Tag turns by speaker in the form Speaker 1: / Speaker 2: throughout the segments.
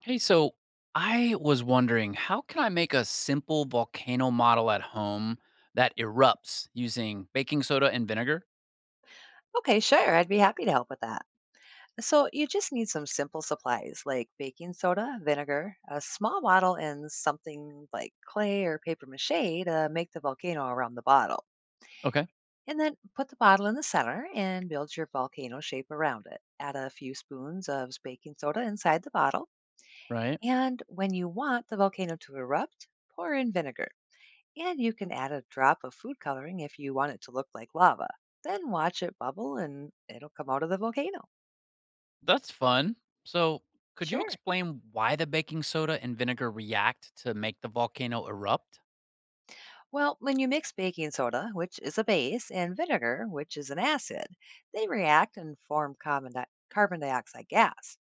Speaker 1: Hey, so I was wondering, how can I make a simple volcano model at home that erupts using baking soda and vinegar?
Speaker 2: Okay, sure. I'd be happy to help with that. So, you just need some simple supplies like baking soda, vinegar, a small bottle, and something like clay or paper mache to make the volcano around the bottle.
Speaker 1: Okay,
Speaker 2: And then put the bottle in the center and build your volcano shape around it. Add a few spoons of baking soda inside the bottle.
Speaker 1: right.
Speaker 2: And when you want the volcano to erupt, pour in vinegar. And you can add a drop of food coloring if you want it to look like lava. Then watch it bubble and it'll come out of the volcano.
Speaker 1: That's fun. So, could you
Speaker 2: Sure.
Speaker 1: explain why the baking soda and vinegar react to make the volcano erupt?
Speaker 2: Well, when you mix baking soda, which is a base, and vinegar, which is an acid, they react and form carbon dioxide gas.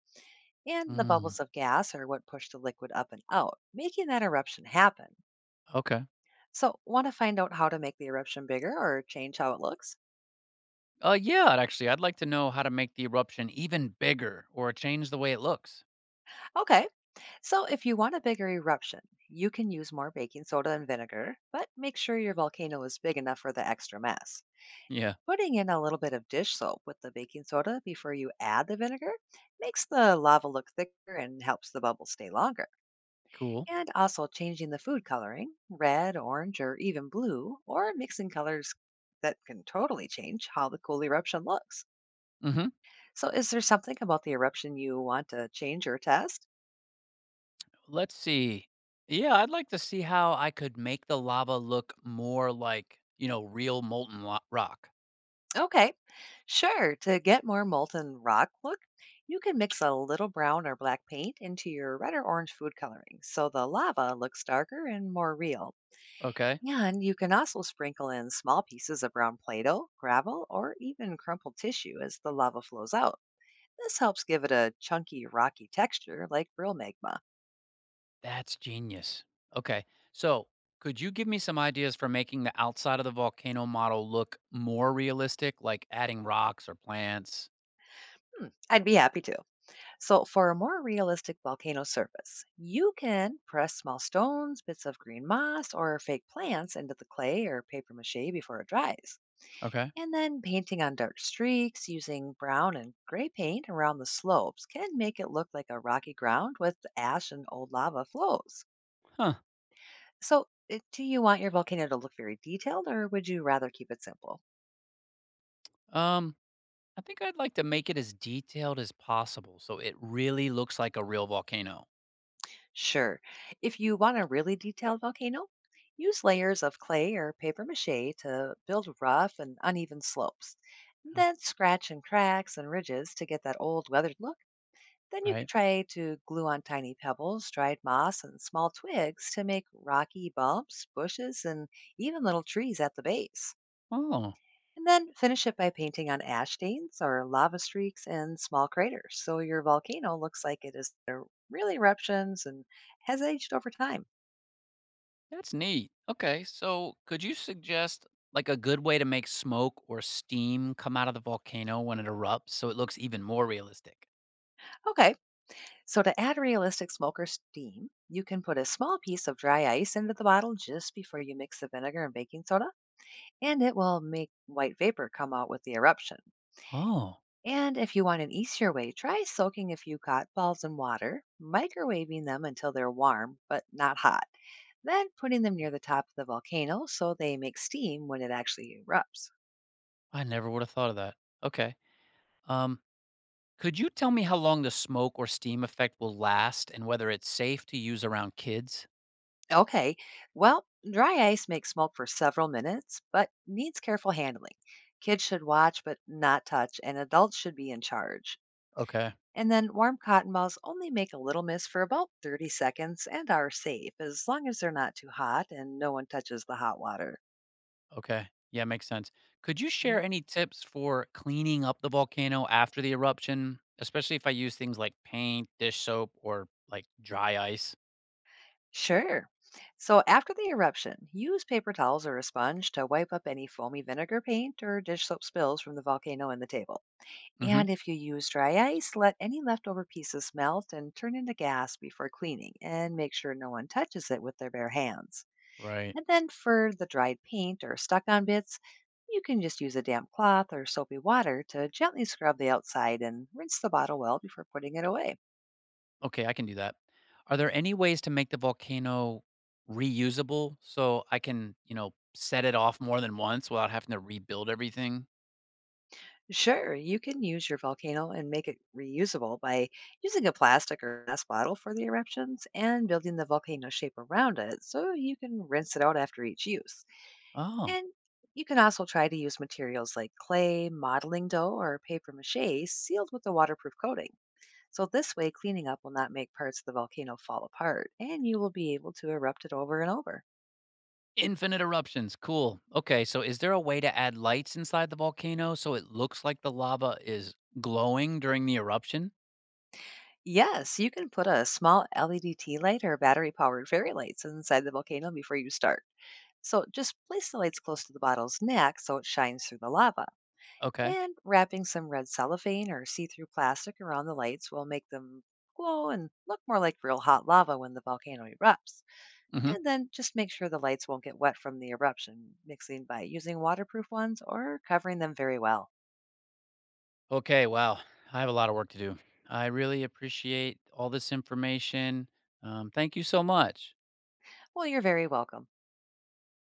Speaker 2: And the
Speaker 1: Mm,
Speaker 2: bubbles of gas are what push the liquid up and out, making that eruption happen.
Speaker 1: okay.
Speaker 2: So, want to find out how to make the eruption bigger or change how it looks?
Speaker 1: Yeah, I'd like to know how to make the eruption even bigger or change the way it looks.
Speaker 2: Okay, so if you want a bigger eruption, you can use more baking soda and vinegar, but make sure your volcano is big enough for the extra mess.
Speaker 1: Yeah,
Speaker 2: Putting in a little bit of dish soap with the baking soda before you add the vinegar makes the lava look thicker and helps the bubbles stay longer.
Speaker 1: cool.
Speaker 2: And also, changing the food coloring, red, orange, or even blue, or mixing colors, that can totally change how the cool eruption looks. So, is there something about the eruption you want to change or test?
Speaker 1: Let's see. Yeah, I'd like to see how I could make the lava look more like, real molten lo- rock.
Speaker 2: Okay, sure. To get more molten rock look, you can mix a little brown or black paint into your red or orange food coloring so the lava looks darker and more real.
Speaker 1: Okay.
Speaker 2: Yeah. And you can also sprinkle in small pieces of brown Play Doh, gravel, or even crumpled tissue as the lava flows out. This helps give it a chunky, rocky texture like real magma.
Speaker 1: That's genius. Okay. So, could you give me some ideas for making the outside of the volcano model look more realistic, like adding rocks or plants?
Speaker 2: Hmm, I'd be happy to. So, for a more realistic volcano surface, you can press small stones, bits of green moss, or fake plants into the clay or paper mache before it dries.
Speaker 1: Okay.
Speaker 2: And then painting on dark streaks using brown and gray paint around the slopes can make it look like a rocky ground with ash and old lava flows.
Speaker 1: Huh.
Speaker 2: So, do you want your volcano to look very detailed, or would you rather keep it simple?
Speaker 1: Um, I think I'd like to make it as detailed as possible so it really looks like a real volcano.
Speaker 2: Sure, if you want a really detailed volcano, use layers of clay or paper mache to build rough and uneven slopes.
Speaker 1: uh,
Speaker 2: Then scratch and cracks and ridges to get that old weathered look. Then you could
Speaker 1: Right.
Speaker 2: try to glue on tiny pebbles, dried moss, and small twigs to make rocky bumps, bushes, and even little trees at the base.
Speaker 1: Oh,
Speaker 2: And then finish it by painting on ash stains or lava streaks and small craters, so your volcano looks like it is there real eruptions and has aged over time.
Speaker 1: that's neat. Okay, so could you suggest like a good way to make smoke or steam come out of the volcano when it erupts so it looks even more realistic?
Speaker 2: Okay, so to add realistic smoke or steam, you can put a small piece of dry ice into the bottle just before you mix the vinegar and baking soda, and it will make white vapor come out with the eruption.
Speaker 1: Oh,
Speaker 2: And if you want an easier way, try soaking a few cotton balls in water, microwaving them until they're warm but not hot, then putting them
Speaker 1: yeah.
Speaker 2: near the top of the volcano so they make steam when it actually erupts.
Speaker 1: I never would have thought of that. Okay. Um, could you tell me how long the smoke or steam effect will last and whether it's safe to use around kids?
Speaker 2: Okay, well, dry ice makes smoke for several minutes but needs careful handling. Kids should watch but not touch, and adults should be in charge.
Speaker 1: Okay.
Speaker 2: And then warm cotton balls only make a little mist for about 30 seconds and are safe as long as they're not too hot and no one touches the hot water.
Speaker 1: Okay. Yeah, makes sense. Could you share any tips for cleaning up the volcano after the eruption, especially if I use things like paint, dish soap, or like dry ice?
Speaker 2: Sure. So after the eruption, use paper towels or a sponge to wipe up any foamy vinegar, paint, or dish soap spills from the volcano and the table.
Speaker 1: Mm-hmm.
Speaker 2: And if you use dry ice, let any leftover pieces melt and turn into gas before cleaning, and make sure no one touches it with their bare hands.
Speaker 1: Right.
Speaker 2: And then for the dried paint or stuck on bits, you can just use a damp cloth or soapy water to gently scrub the outside and rinse the bottle well before putting it away.
Speaker 1: Okay, I can do that. Are there any ways to make the volcano reusable so I can, you know, set it off more than once without having to rebuild everything?
Speaker 2: Sure, you can use your volcano and make it reusable by using a plastic or glass bottle for the eruptions and building the volcano shape around it, so you can rinse it out after each use.
Speaker 1: Oh,
Speaker 2: And you can also try to use materials like clay, modeling dough, or paper mache sealed with a waterproof coating. So this way, cleaning up will not make parts of the volcano fall apart, and you will be able to erupt it over and over.
Speaker 1: infinite eruptions. Cool. Okay, so is there a way to add lights inside the volcano so it looks like the lava is glowing during the eruption?
Speaker 2: Yes, you can put a small LED tea light or battery powered fairy lights inside the volcano before you start. So just place the lights close to the bottle's neck so it shines through the lava.
Speaker 1: Okay.
Speaker 2: And wrapping some red cellophane or see through plastic around the lights will make them glow and look more like real hot lava when the volcano erupts.
Speaker 1: Hmm.
Speaker 2: And then just make sure the lights won't get wet from the eruption, mixing by using waterproof ones or covering them very well.
Speaker 1: Okay, wow. I have a lot of work to do. I really appreciate all this information. Thank you so much.
Speaker 2: Well, you're very welcome.